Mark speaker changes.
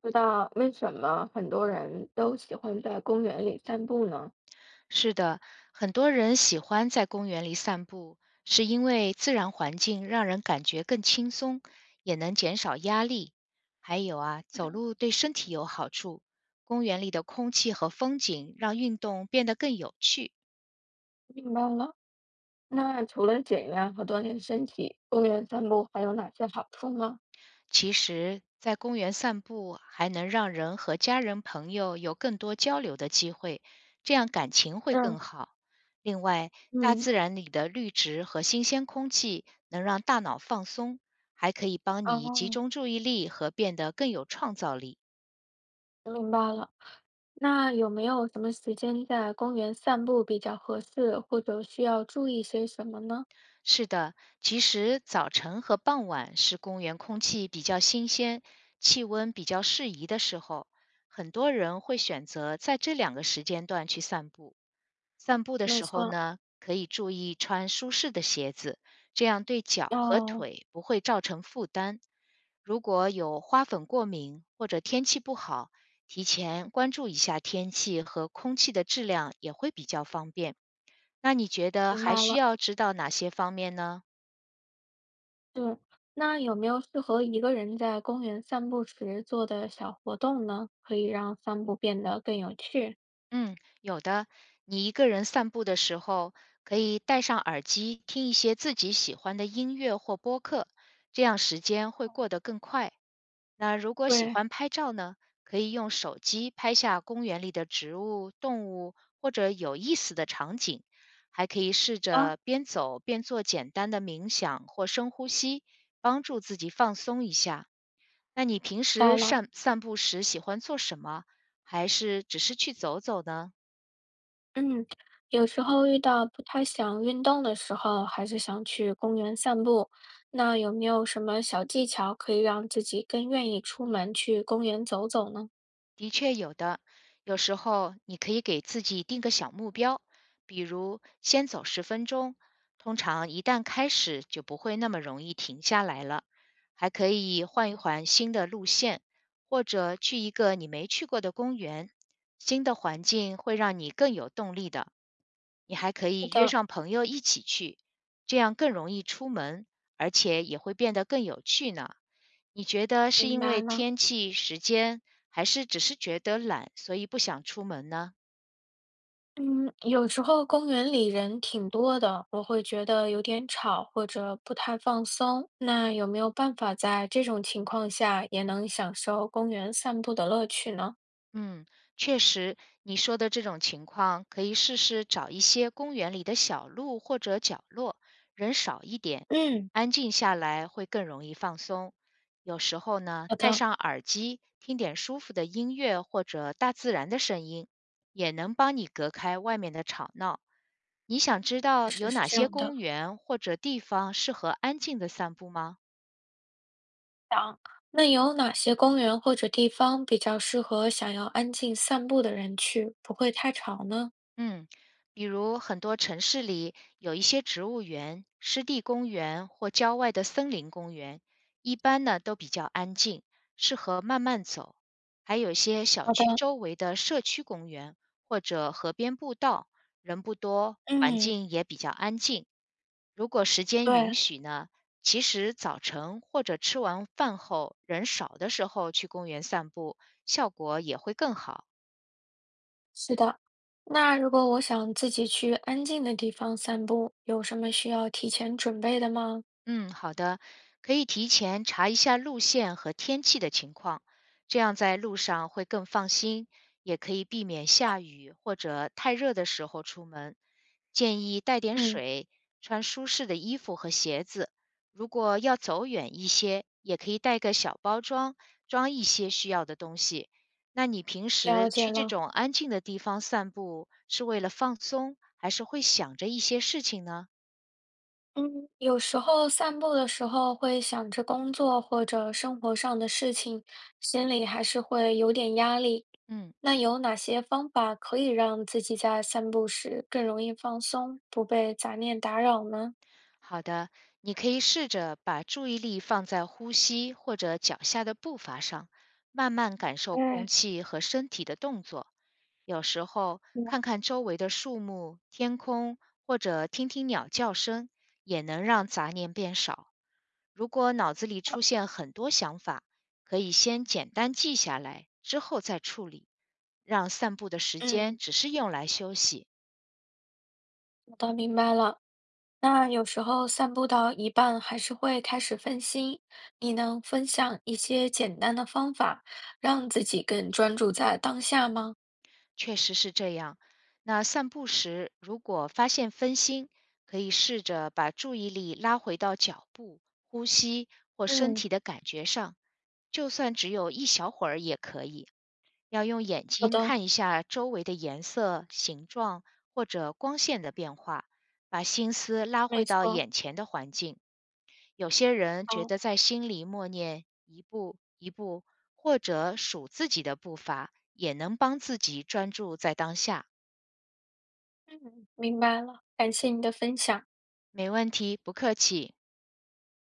Speaker 1: 知道为什么很多人都喜欢在公园里散步呢？
Speaker 2: 是的，很多人喜欢在公园里散步，是因为自然环境让人感觉更轻松，也能减少压力。还有啊，走路对身体有好处，公园里的空气和风景让运动变得更有趣。
Speaker 1: 明白了。那除了减压和锻炼身体，公园散步还有哪些好处吗？
Speaker 2: 其实，在公园散步还能让人和家人、朋友有更多交流的机会，这样感情会更
Speaker 1: 嗯
Speaker 2: 好。另外，大
Speaker 1: 嗯，
Speaker 2: 自然里的绿植和新鲜空气能让大脑放松，还可以帮你集
Speaker 1: 哦，
Speaker 2: 中注意力和变得更有创造力。
Speaker 1: 明白了。那有没有什么时间在公园散步比较合适，或者需要注意些什么呢？
Speaker 2: 是的，其实早晨和傍晚是公园空气比较新鲜、气温比较适宜的时候，很多人会选择在这两个时间段去散步。散步的
Speaker 1: 没
Speaker 2: 时候
Speaker 1: 错，
Speaker 2: 呢，可以注意穿舒适的鞋子，这样对脚和
Speaker 1: 哦，
Speaker 2: 腿不会造成负担。如果有花粉过敏或者天气不好，提前关注一下天气和空气的质量也会比较方便。那你觉得
Speaker 1: 明
Speaker 2: 还
Speaker 1: 白
Speaker 2: 需
Speaker 1: 了，
Speaker 2: 要知道哪些方面呢？
Speaker 1: 是。那有没有适合一个人在公园散步时做的小活动呢？可以让散步变得更有趣。
Speaker 2: 嗯，有的。你一个人散步的时候，可以戴上耳机听一些自己喜欢的音乐或播客，这样时间会过得更快。那如果喜
Speaker 1: 对，
Speaker 2: 欢拍照呢，可以用手机拍下公园里的植物、动物或者有意思的场景，还可以试
Speaker 1: 啊。
Speaker 2: 着边走边做简单的冥想或深呼吸，帮助自己放松一下。那你平时
Speaker 1: 到了，
Speaker 2: 散散步时喜欢做什么？还是只是去走走呢？
Speaker 1: 嗯，有时候遇到不太想运动的时候，还是想去公园散步。那有没有什么小技巧可以让自己更愿意出门去公园走走呢？
Speaker 2: 的确有的，有时候你可以给自己定个小目标，比如先走10分钟。通常一旦开始，就不会那么容易停下来了。还可以换一
Speaker 1: 嗯
Speaker 2: 换新的路线，或者去一个你没去过的公园。新的环境会让你更有动力的。你还可
Speaker 1: 好
Speaker 2: 以约
Speaker 1: 的，
Speaker 2: 上朋友一起去，这样更容易出门，而且也会变得更有趣呢。你觉得是
Speaker 1: 明
Speaker 2: 因
Speaker 1: 白
Speaker 2: 为
Speaker 1: 了。
Speaker 2: 天气、时间，还是只是觉得懒，所以不想出门呢？
Speaker 1: 嗯，有时候公园里人挺多的，我会觉得有点吵或者不太放松。那有没有办法在这种情况下也能享受公园散步的乐趣呢？
Speaker 2: 嗯，确实，你说的这种情况，可以试试找一些公园里的小路或者角落，人少一点，
Speaker 1: 嗯，
Speaker 2: 安静下来会更容易放松。有时候呢，
Speaker 1: 好
Speaker 2: 戴
Speaker 1: 的，
Speaker 2: 上耳机，听点舒服的音乐或者大自然的声音，也能帮你隔开外面的吵闹。你想知
Speaker 1: 确
Speaker 2: 道
Speaker 1: 实
Speaker 2: 有
Speaker 1: 是
Speaker 2: 哪
Speaker 1: 这
Speaker 2: 些
Speaker 1: 样的。
Speaker 2: 公园或者地方适合安静的散步吗？
Speaker 1: 想，那有哪些公园或者地方比较适合想要安静散步的人去，不会太吵呢？
Speaker 2: 嗯，比如很多城市里有一些植物园、湿地公园或郊外的森林公园，一般呢都比较安静，适合慢慢走。还有一些小
Speaker 1: 好的，
Speaker 2: 区周围的社区公园或者河边步道，人不多，环
Speaker 1: 嗯，
Speaker 2: 境也比较安静。如果时间允
Speaker 1: 对，
Speaker 2: 许呢，其实早晨或者吃完饭后人少的时候去公园散步，效果也会更好。
Speaker 1: 是的。那如果我想自己去安静的地方散步，有什么需要提前准备的吗？
Speaker 2: 嗯，好的，可以提前查一下路线和天气的情况，这样在路上会更放心，也可以避免下雨或者太热的时候出门。建议带点
Speaker 1: 嗯，
Speaker 2: 水，穿舒适的衣服和鞋子。如果要走远一些，也可以带个小包装，装一些需要的东西。那你平时
Speaker 1: 了解
Speaker 2: 去这
Speaker 1: 了。
Speaker 2: 种安静的地方散步，是为了放松，还是会想着一些事情呢？
Speaker 1: 嗯，有时候散步的时候会想着工作或者生活上的事情，心里还是会有点压力。
Speaker 2: 嗯。
Speaker 1: 那有哪些方法可以让自己在散步时更容易放松，不被杂念打扰呢？
Speaker 2: 好的，你可以试着把注意力放在呼吸或者脚下的步伐上，慢慢感受空
Speaker 1: 对，
Speaker 2: 气和身体的动作。有时候
Speaker 1: 我
Speaker 2: 看看周围的树木、天空，或者听听鸟叫声，也能让杂念变少。如果脑子里出现很多想法，可以先简单记下来，之后再处理，让散步的时间
Speaker 1: 嗯，
Speaker 2: 只是用来休息。
Speaker 1: 我倒明白了。那有时候散步到一半还是会开始分心，你能分享一些简单的方法，让自己更专注在当下吗？
Speaker 2: 确实是这样。那散步时，如果发现分心，可以试着把注意力拉回到脚步、呼吸或身
Speaker 1: 嗯，
Speaker 2: 体的感觉上，就算只有一小会儿也可以。要用眼
Speaker 1: 好
Speaker 2: 睛
Speaker 1: 的，
Speaker 2: 看一下周围的颜色、形状或者光线的变化，把心思拉回
Speaker 1: 没
Speaker 2: 到
Speaker 1: 错，
Speaker 2: 眼前的环境。有些人觉得
Speaker 1: 好。
Speaker 2: 在心里默念一步一步，或者数自己的步伐，也能帮自己专注在当下。
Speaker 1: 嗯，明白了，感谢你的分享。
Speaker 2: 没问题，不客气。